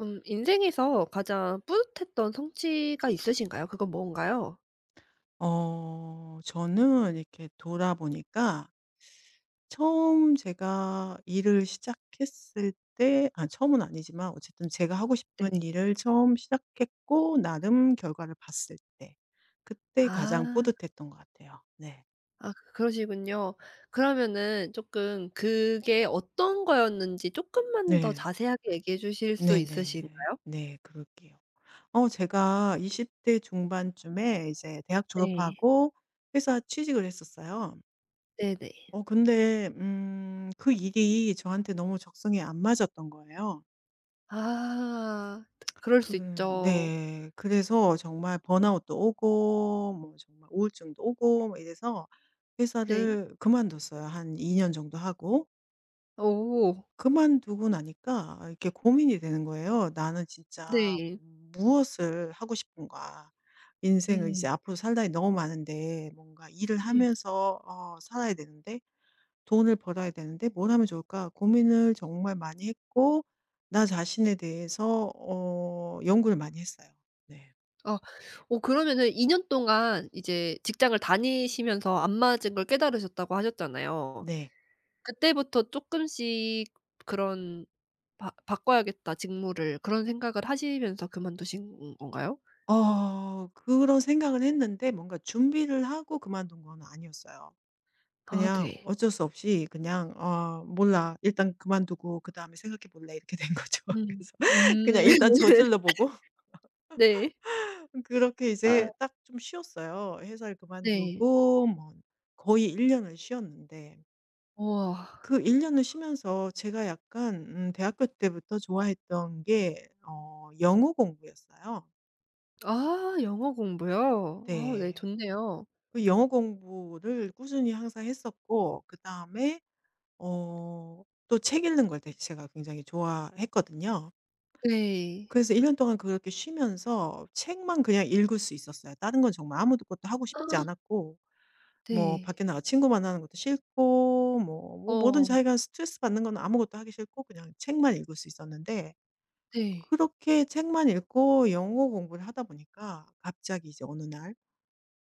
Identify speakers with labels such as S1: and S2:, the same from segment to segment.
S1: 인생에서 가장 뿌듯했던 성취가 있으신가요? 그건 뭔가요?
S2: 저는 이렇게 돌아보니까 처음 제가 일을 시작했을 때 아 처음은 아니지만 어쨌든 제가 하고
S1: 네.
S2: 싶은 일을 처음 시작했고 나름 결과를 봤을 때 그때 가장
S1: 아.
S2: 뿌듯했던 것 같아요. 네.
S1: 아 그, 그러시군요. 그러면은 조금 그게 어떤 거였는지 조금만 더
S2: 네.
S1: 자세하게 얘기해 주실 수
S2: 네네.
S1: 있으신가요?
S2: 네. 그럴게요. 제가 20대 중반쯤에 이제 대학
S1: 네.
S2: 졸업하고 회사 취직을 했었어요.
S1: 네네.
S2: 근데 그 일이 저한테 너무 적성에 안 맞았던 거예요.
S1: 아. 그럴
S2: 그
S1: 수 있죠.
S2: 네. 그래서 정말 번아웃도 오고 뭐 정말 우울증도 오고 뭐 이래서
S1: 네.
S2: 회사를 그만뒀어요. 한 2년 정도 하고.
S1: 오.
S2: 그만두고 나니까 이렇게 고민이 되는 거예요. '나는 진짜
S1: 네.
S2: 무엇을 하고 싶은가. 인생을 이제
S1: 음.
S2: 앞으로 살 날이 너무
S1: 음
S2: 많은데 뭔가 일을
S1: 네.
S2: 하면서 살아야 되는데' 돈을 벌어야 되는데 뭘 하면 좋을까 고민을 정말 많이 했고 나 자신에 대해서 연구를 많이 했어요. 네.
S1: 아 오 그러면은 2년 동안 이제 직장을 다니시면서 안 맞은 걸 깨달으셨다고 하셨잖아요.
S2: 네.
S1: 그때부터 쪼끔씩 그런 '바 바꿔야겠다 직무를.' 그런 생각을 하시면서 그만두신 건가요?
S2: 그런 생각을 했는데 뭔가 준비를 하고 그만둔 건 아니었어요.
S1: 아
S2: 그냥
S1: 네.
S2: 어쩔 수 없이 그냥 '어 몰라. 일단 그만두고 그다음에 생각해 볼래.' 이렇게 된 거죠.
S1: 음.
S2: 그래서 그냥
S1: 음.
S2: 일단 저질러 보고
S1: 네.
S2: 그렇게
S1: 아
S2: 이제 딱 좀 쉬었어요. 회사를
S1: 네.
S2: 그만두고 뭐 거의 1 년을 쉬었는데
S1: 우와.
S2: 그 1 년을 쉬면서 제가 약간 대학교 때부터 좋아했던 게 영어 공부였어요.
S1: 아 영어 공부요? 아 네,
S2: 네.
S1: 좋네요.
S2: 그 영어 공부를 꾸준히 항상 했었고 그다음에 어 또 책 읽는 걸 되게 제가 굉장히 좋아했거든요.
S1: 네.
S2: 그래서 1년 동안 그렇게 쉬면서 책만 그냥 읽을 수 있었어요. 다른 건 정말 아무것도 하고 싶지 않았고 뭐
S1: 네.
S2: 밖에 나가 친구 만나는 것도 싫고 뭐 뭐 뭐든
S1: 어
S2: 자기가 스트레스 받는 건 아무것도 하기 싫고 그냥 책만 읽을 수 있었는데
S1: 네.
S2: 그렇게 책만 읽고 영어 공부를 하다 보니까 갑자기 이제 어느 날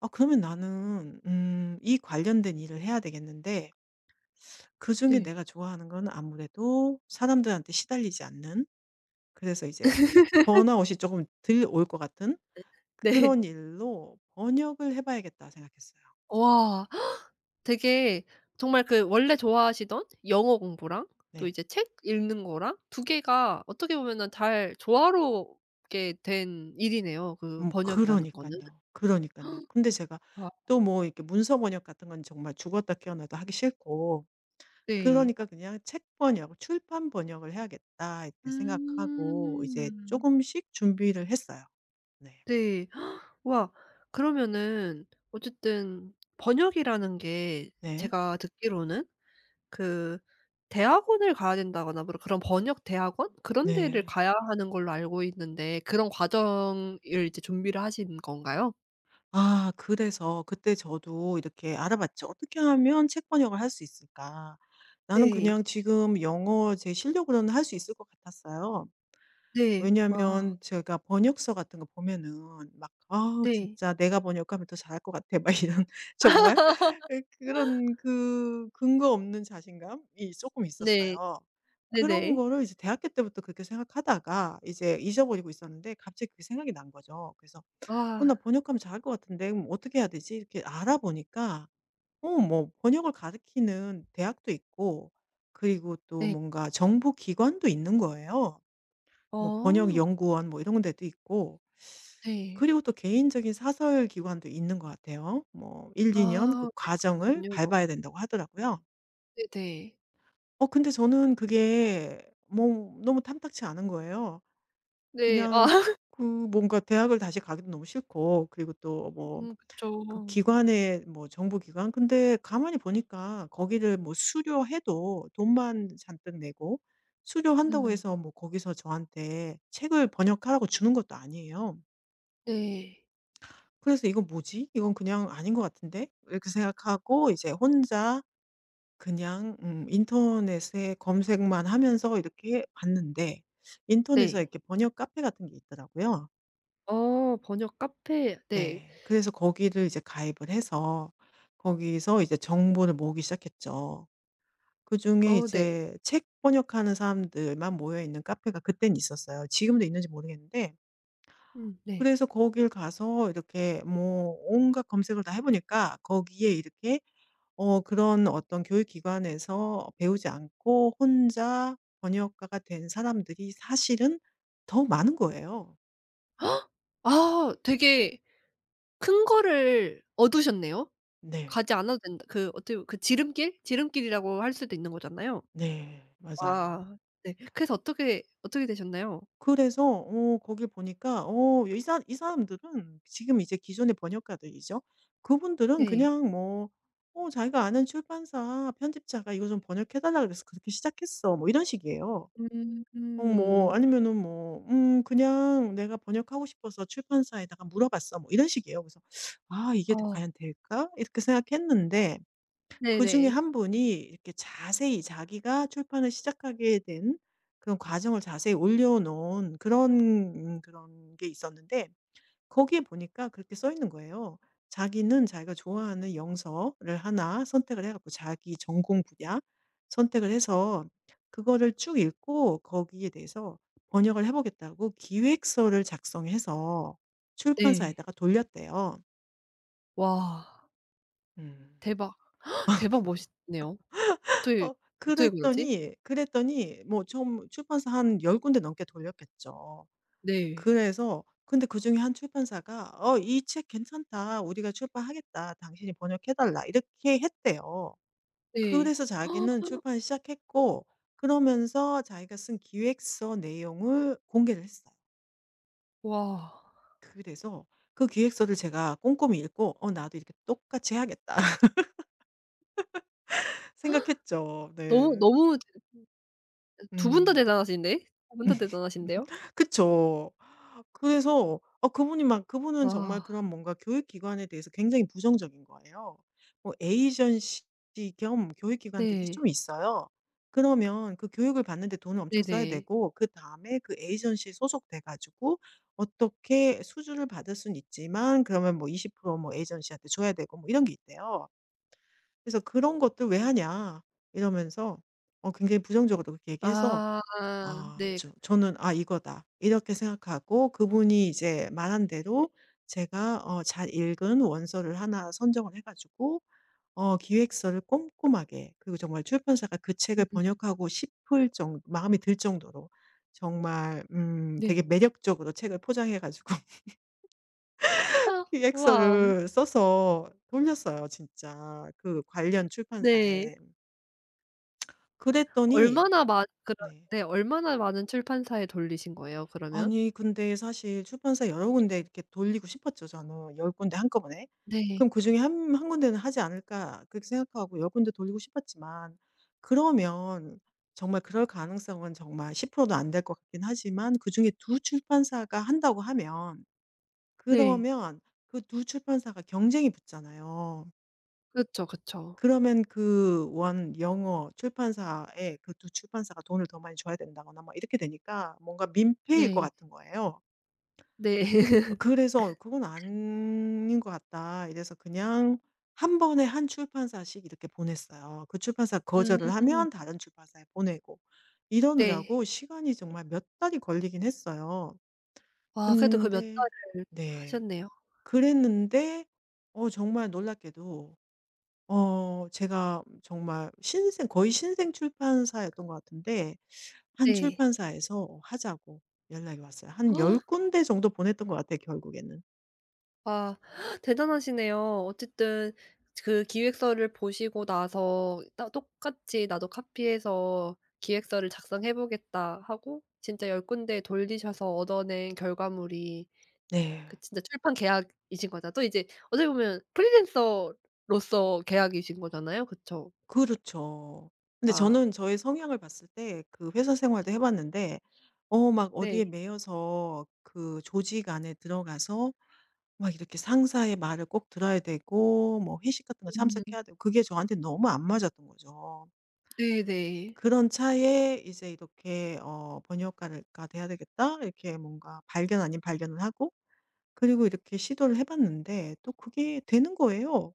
S2: '아 그러면 나는 이 관련된 일을 해야 되겠는데 그중에
S1: 네.
S2: 내가 좋아하는 건 아무래도 사람들한테 시달리지 않는 그래서 이제 번아웃이 조금 덜 올 것 같은
S1: 네. 네.
S2: 그런 일로 번역을 해 봐야겠다.' 생각했어요.
S1: 와. 되게 정말 그 원래 좋아하시던 영어 공부랑 또
S2: 네.
S1: 이제 책 읽는 거랑 두 개가 어떻게 보면은 잘 조화롭게 된 일이네요, 그
S2: 그러
S1: 번역이라는
S2: 니까
S1: 거는.
S2: 요 그러니까요 근데 제가
S1: 아
S2: 또 뭐 이렇게 문서 번역 같은 건 정말 죽었다 깨어나도 하기 싫고
S1: 네.
S2: 그러니까 그냥 '책 번역, 출판 번역을 해야겠다.' 이렇게 생각하고 이제 조
S1: 음.
S2: 금씩 준비를 했어요. 네.
S1: 네. 와 그러면은 어쨌든 번역이라는 게
S2: 네.
S1: 제가 듣기로는 그 대학원을 가야 된다거나 뭐 그런 번역 대학원 그런 데를
S2: 네.
S1: 가야 하는 걸로 알고 있는데 그런 과정을 이제 준비를 하신 건가요?
S2: 아 그래서 그때 저도 이렇게 알아봤죠. '어떻게 하면 책 번역을 할 수 있을까?' 나는
S1: 네.
S2: 그냥 지금 영어 제 실력으로는 할 수 있을 것 같았어요.
S1: 네. 와
S2: 왜냐하면 제가 번역서 같은 거 보면은 막 '아
S1: 네.
S2: 진짜 내가 번역하면 더 잘할 것 같아.' 막 이런 정말 예 그런 그 근거 없는 자신감이 조금
S1: 네.
S2: 있었어요. 그런
S1: 네네.
S2: 거를 이제 대학교 때부터 그렇게 생각하다가 이제 잊어버리고 있었는데 갑자기 그게 생각이 난 거죠. 그래서 '어 나
S1: 아
S2: 번역하면 잘할 것 같은데 그럼 어떻게 해야 되지?' 이렇게 알아보니까 뭐 번역을 가르치는 대학도 있고 그리고 또
S1: 네.
S2: 뭔가 정부 기관도 있는 거예요. 뭐 번역
S1: 어
S2: 연구원 뭐 이런 데도 있고
S1: 네.
S2: 그리고 또 개인적인 사설 기관도 있는 것 같아요. 뭐 1-2년 그
S1: 아 네
S2: 과정을
S1: 그렇군요.
S2: 밟아야 된다고 하더라고요.
S1: 네네.
S2: 근데 저는 그게 뭐 너무 탐탁치 않은 거예요.
S1: 네. 아
S2: 그냥 그 뭔가 대학을 다시 가기도 너무 싫고 그리고 또 뭐 그
S1: 그쵸.
S2: 기관에 뭐 정부 기관 근데 가만히 보니까 거기를 뭐 수료해도 돈만 잔뜩 내고 수료한다고
S1: 음
S2: 해서 뭐 거기서 저한테 책을 번역하라고 주는 것도 아니에요.
S1: 네.
S2: 그래서 '이건 뭐지? 이건 그냥 아닌 것 같은데?' 이렇게 생각하고 이제 혼자 그냥 인터넷에 검색만 하면서 이렇게 봤는데 인터넷에
S1: 네.
S2: 이렇게 번역 카페 같은 게 있더라고요.
S1: 어 번역 카페 네.
S2: 네. 그래서 거기를 이제 가입을 해서 거기서 이제 정보를 모으기 시작했죠. 그중에
S1: 어 네.
S2: 이제 책 번역하는 사람들만 모여 있는 카페가 그땐 있었어요. 지금도 있는지 모르겠는데
S1: 네.
S2: 그래서 거길 가서 이렇게 뭐 온갖 검색을 다 해 보니까 거기에 이렇게 그런 어떤 교육기관에서 배우지 않고 혼자 번역가가 된 사람들이 사실은 더 많은 거예요.
S1: 아 되게 큰 거를 얻으셨네요.
S2: 네.
S1: 가지 않아도 된다 그 어떻게 그 지름길? 지름길이라고 할 수도 있는 거잖아요.
S2: 네.
S1: 아
S2: 맞아요.
S1: 네. 그래서 어떻게 어떻게 되셨나요?
S2: 그래서 거길 보니까 이 사람들은 지금 이제 기존의 번역가들이죠. 그분들은
S1: 네.
S2: 그냥 뭐 "어 자기가 아는 출판사 편집자가 이거 좀 번역해 달라 그래서 그렇게 시작했어." 뭐 이런 식이에요.
S1: 음
S2: 어 뭐
S1: 음.
S2: 아니면은 뭐 그냥 내가 번역하고 싶어서 출판사에다가 물어봤어." 뭐 이런 식이에요. 그래서 '아 이게
S1: 아
S2: 과연 될까?' 이렇게 생각했는데 그중에
S1: 네네.
S2: 한 분이 이렇게 자세히 자기가 출판을 시작하게 된 그런 과정을 자세히 올려 놓은 그런 그런 게 있었는데 거기에 보니까 그렇게 써 있는 거예요. 자기는 자기가 좋아하는 영서를 하나 선택을 해 갖고 자기 전공 분야 선택을 해서 그거를 쭉 읽고 거기에 대해서 번역을 해 보겠다고 기획서를 작성해서
S1: 네.
S2: 출판사에다가 돌렸대요.
S1: 와
S2: 음.
S1: 대박. 대박 멋있네요. 어떻게
S2: 어
S1: 어떻게 그러지?
S2: 그랬더니, 뭐 좀 출판사 한 열 군데 넘게 돌렸겠죠.
S1: 네.
S2: 그래서 근데 그중에 한 출판사가 "어 이 책 괜찮다. 우리가 출판하겠다. 당신이 번역해 달라." 이렇게 했대요.
S1: 네.
S2: 그래서 자기는 출판을 시작했고 그러면서 자기가 쓴 기획서 내용을 공개를 했어요.
S1: 와.
S2: 그래서 그 기획서를 제가 꼼꼼히 읽고 '어 나도 이렇게 똑같이 해야겠다.' 생각했죠.
S1: 너무
S2: 네.
S1: 너무 두 분 다
S2: 음.
S1: 대단하신데? 두 분 다 대단하신데요?
S2: 그쵸. 그래서 그분이 막 그분은 정말
S1: 아
S2: 그런 뭔가 교육 기관에 대해서 굉장히 부정적인 거예요. 뭐 에이전시 겸 교육 기관들이
S1: 네.
S2: 좀 있어요. 그러면 그 교육을 받는데 돈을 엄청 써야
S1: 네네.
S2: 되고 그다음에 그 에이전시에 소속돼 가지고 어떻게 수주를 받을 수는 있지만 그러면 뭐 20%뭐 에이전시한테 줘야 되고 뭐 이런 게 있대요. 그래서 "그런 것들 왜 하냐." 이러면서 굉장히 부정적으로 그렇게 얘기해서
S1: 아
S2: 아
S1: 네.
S2: 저 저는 '아 이거다.' 이렇게 생각하고 그분이 이제 말한 대로 제가 잘 읽은 원서를 하나 선정을 해 가지고 기획서를 꼼꼼하게 그리고 정말 출판사가 그 책을 번역하고 싶을 정 마음이 들 정도로 정말 되게
S1: 네.
S2: 매력적으로 책을 포장해 가지고
S1: 아 우와.
S2: 기획서를 써서 돌렸어요 진짜 그 관련
S1: 네.
S2: 출판사에. 그랬더니
S1: 얼마나 많 그런
S2: 네.
S1: 네 얼마나 많은 출판사에 돌리신 거예요 그러면?
S2: 아니 근데 사실 출판사 여러 군데 이렇게 돌리고 싶었죠 저는 10 군데 한꺼번에.
S1: 네.
S2: 그럼 그중에 한 한 군데는 하지 않을까 그렇게 생각하고 10 군데 돌리고 싶었지만 그러면 정말 그럴 가능성은 정말 10%도 안 될 것 같긴 하지만 그중에 두 출판사가 한다고 하면
S1: 네.
S2: 그러면 그 두 출판사가 경쟁이 붙잖아요.
S1: 그쵸, 그쵸.
S2: 그러면 그 원 영어 출판사에 그 두 출판사가 돈을 더 많이 줘야 된다거나 막 이렇게 되니까 뭔가 민폐일 것
S1: 네.
S2: 같은 거예요.
S1: 네.
S2: 그래서 "그건 아닌 것 같다." 이래서 그냥 한 번에 한 출판사씩 이렇게 보냈어요. 그 출판사
S1: 음.
S2: 거절을 하면 다른 출판사에 보내고
S1: 네.
S2: 이러느라고 시간이 정말 몇 달이 걸리긴 했어요.
S1: 와 그래도 그 몇
S2: 근데
S1: 달을
S2: 네.
S1: 하셨네요.
S2: 그랬는데 정말 놀랍게도 제가 정말 신생 거의 신생 출판사였던 것 같은데 한
S1: 네.
S2: 출판사에서 하자고 연락이 왔어요. 한 열 군데 정도 보냈던 것 같아요 결국에는.
S1: 와 대단하시네요. 어쨌든 그 기획서를 보시고 나서 따 똑같이 '나도 카피해서 기획서를 작성해 보겠다.' 하고 진짜 10군데 돌리셔서 얻어낸 결과물이
S2: 네.
S1: 그 진짜 출판 계약이신 거죠. 또 이제 어떻게 보면 프리랜서로서 계약이신 거잖아요. 그쵸?
S2: 그렇죠. 근데
S1: 아
S2: 저는 저의 성향을 봤을 때 그 회사 생활도 해 봤는데 막 어디에
S1: 네.
S2: 매여서 그 조직 안에 들어가서 막 이렇게 상사의 말을 꼭 들어야 되고 뭐 회식 같은 거
S1: 음
S2: 참석해야 되고 그게 저한테 너무 안 맞았던 거죠.
S1: 네네.
S2: 그런 차에 이제 이렇게 번역가가 돼야 되겠다.' 이렇게 뭔가 발견 아닌 발견을 하고 그리고 이렇게 시도를 해 봤는데 또 그게 되는 거예요.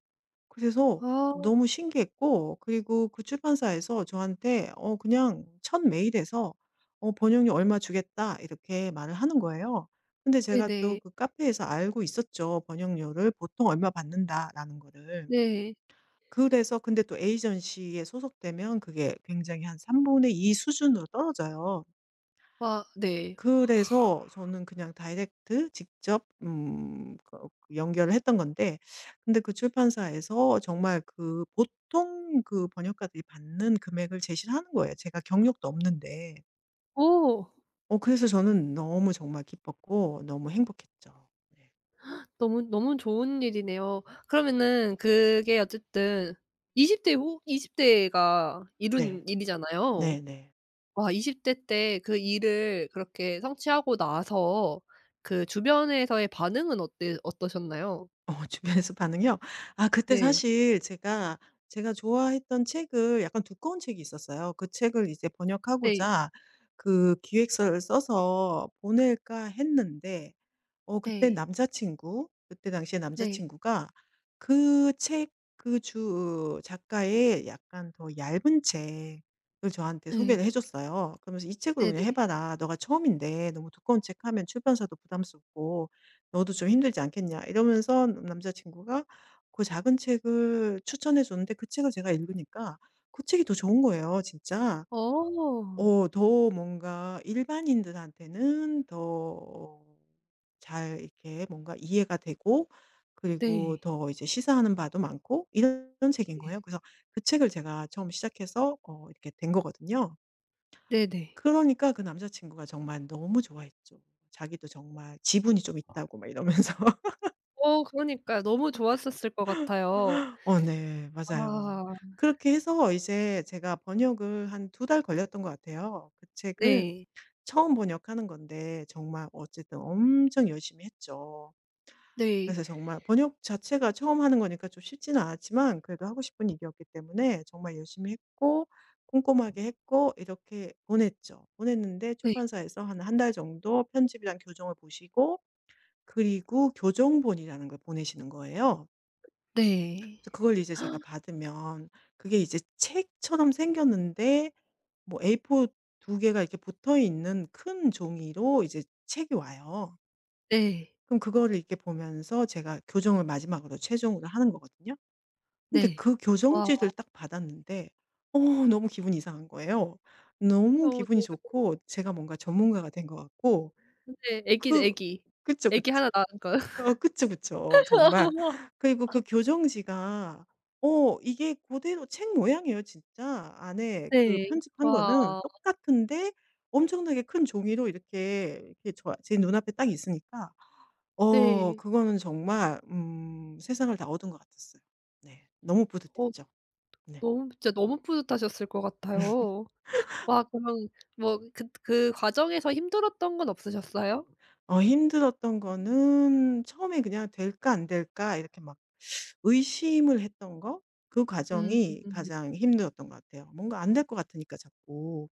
S2: 그래서
S1: 아
S2: 너무 신기했고 그리고 그 출판사에서 저한테 그냥 첫 메일에서 "번역료 얼마 주겠다." 이렇게 말을 하는 거예요. 근데 제가 또
S1: 네네.
S2: 그 카페에서 알고 있었죠. 번역료를 보통 얼마 받는다라는 거를.
S1: 네.
S2: 그래서 근데 또 에이전시에 소속되면 그게 굉장히 한 3 분의 2 수준으로 떨어져요.
S1: 와 네.
S2: 그래서 저는 그냥 다이렉트 직접 거 연결을 했던 건데 근데 그 출판사에서 정말 그 보통 그 번역가들이 받는 금액을 제시를 하는 거예요, 제가 경력도 없는데.
S1: 오.
S2: 그래서 저는 너무 정말 기뻤고 너무 행복했죠. 네.
S1: 너무 너무 좋은 일이네요. 그러면은 그게 어쨌든 20대 후 20 대가
S2: 네.
S1: 이룬 일이잖아요.
S2: 네네.
S1: 와 20대 때 그 일을 그렇게 성취하고 나서 그 주변에서의 반응은 어때 어떠셨나요?
S2: 어 주변에서 반응이요? 아 그때
S1: 네.
S2: 사실 제가 좋아했던 책을 약간 두꺼운 책이 있었어요. 그 책을 이제
S1: 네.
S2: 번역하고자 그 기획서를 써서 보낼까 했는데
S1: 네.
S2: 그때 당시에
S1: 네.
S2: 남자친구가 그 책 그 주 작가의 약간 더 얇은 책을 저한테
S1: 예.
S2: 소개를 해 줬어요. 그러면서 "이 책으로 그냥
S1: 네네.
S2: 해 봐라. 너가 처음인데 너무 두꺼운 책 하면 출판사도 부담스럽고 너도 좀 힘들지 않겠냐." 이러면서 남자친구가 그 작은 책을 추천해 줬는데 그 책을 제가 읽으니까 그 책이 더 좋은 거예요 진짜.
S1: 어.
S2: 더 뭔가 일반인들한테는 더 잘 이렇게 뭔가 이해가 되고 그리고
S1: 네.
S2: 더 이제 시사하는 바도 많고 이런 책인
S1: 예.
S2: 거예요. 그래서 그 책을 제가 처음 시작해서 이렇게 된 거거든요.
S1: 네네.
S2: 그러니까 그 남자 친구가 정말 너무 좋아했죠. 자기도 정말 지분이 좀 있다고 막 이러면서.
S1: 어 그러니까요. 너무 좋았었을 것 같아요.
S2: 어 네. 맞아요.
S1: 아.
S2: 그렇게 해서 이제 제가 번역을 한 두 달 걸렸던 것 같아요. 그 책을
S1: 네.
S2: 처음 번역하는 건데 정말 어쨌든 엄청 열심히 했죠.
S1: 네.
S2: 그래서 정말 번역 자체가 처음 하는 거니까 좀 쉽지는 않았지만 그래도 하고 싶은 일이었기 때문에 정말 열심히 했고 꼼꼼하게 했고 이렇게 보냈죠. 보냈는데
S1: 네.
S2: 출판사에서 한 한 달 정도 편집이랑 교정을 보시고 그리고 교정본이라는 걸 보내시는 거예요.
S1: 네.
S2: 그래서 그걸 이제 제가 받으면 그게 이제 책처럼 생겼는데 뭐 A4 두 개가 이렇게 붙어 있는 큰 종이로 이제 책이 와요.
S1: 네.
S2: 그럼 그거를 이렇게 보면서 제가 교정을 마지막으로 최종으로 하는 거거든요. 근데
S1: 네.
S2: 그
S1: 와.
S2: 교정지를 딱 받았는데 어 너무 기분이 이상한 거예요. 너무
S1: 어
S2: 기분이
S1: 네.
S2: 좋고 제가 뭔가 전문가가 된 것 같고
S1: 근데 애기죠,
S2: 그
S1: 애기.
S2: 그쵸,
S1: 애기
S2: 그쵸.
S1: 하나 낳은 거.
S2: 어 그쵸, 그쵸. 정말. 그리고 그 교정지가 이게 고대로 책 모양이에요 진짜. 안에 그
S1: 네.
S2: 편집한
S1: 와.
S2: 거는 똑같은데 엄청나게 큰 종이로 이렇게 이렇게 제 눈앞에 딱 있으니까
S1: 네.
S2: 그거는 정말 세상을 다 얻은 것 같았어요. 네. 너무
S1: 어
S2: 뿌듯했죠. 네.
S1: 너무 진짜 너무 뿌듯하셨을 것 같아요. 와 그러면 뭐 그 과정에서 힘들었던 건 없으셨어요?
S2: 힘들었던 거는 처음에 그냥 '될까 안 될까?' 이렇게 막 의심을 했던 거 그
S1: 음.
S2: 과정이 가장 힘들었던 것 같아요. 뭔가 안 될 것 같으니까 자꾸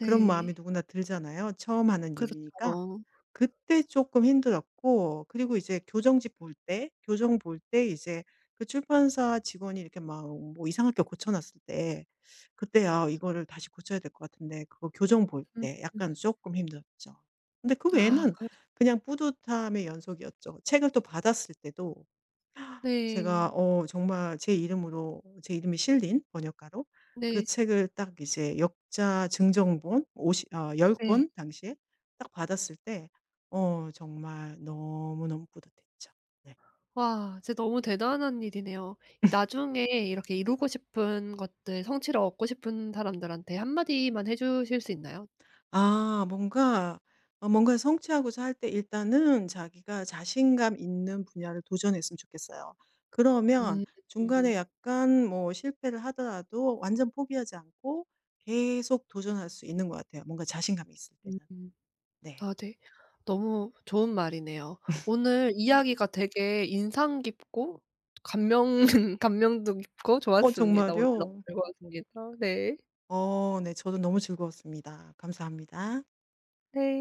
S2: 그런 마음이 누구나 들잖아요. 처음 하는 일이니까.
S1: 그렇죠.
S2: 그때 조금 힘들었고 그리고 이제 교정 볼 때 이제 그 출판사 직원이 이렇게 막 뭐 이상하게 고쳐 놨을 때 그때 '아 이거를 다시 고쳐야 될 것 같은데.' 그거 교정 볼
S1: 음.
S2: 때 약간 조금 힘들었죠. 근데 그
S1: 아
S2: 외에는
S1: 그
S2: 그냥 뿌듯함의 연속이었죠. 책을 또 받았을 때도 제가
S1: 네.
S2: 정말 제 이름이 실린 번역가로 그
S1: 네.
S2: 책을 딱 이제 역자 증정본 50 아 10
S1: 네.
S2: 권 당시에 딱 받았을 때 정말 너무너무 뿌듯했죠. 네.
S1: 와 진짜 너무 대단한 일이네요. 이 나중에 이렇게 이루고 싶은 것들 성취를 얻고 싶은 사람들한테 한마디만 해 주실 수 있나요?
S2: 아 뭔가 뭔가 성취하고자 할 때 일단은 자기가 자신감 있는 분야를 도전했으면 좋겠어요. 그러면
S1: 음.
S2: 중간에 약간 뭐 실패를 하더라도 완전 포기하지 않고 계속 도전할 수 있는 것 같아요, 뭔가 자신감이 있을 때는.
S1: 음.
S2: 네.
S1: 아 네. 너무 좋은 말이네요. 오늘 이야기가 되게 인상 깊고 감명 감명도 깊고 좋았습니다. 오늘 너무
S2: 정말요?
S1: 즐거웠습니다. 네.
S2: 어 네. 저도 너무 즐거웠습니다. 감사합니다.
S1: 네.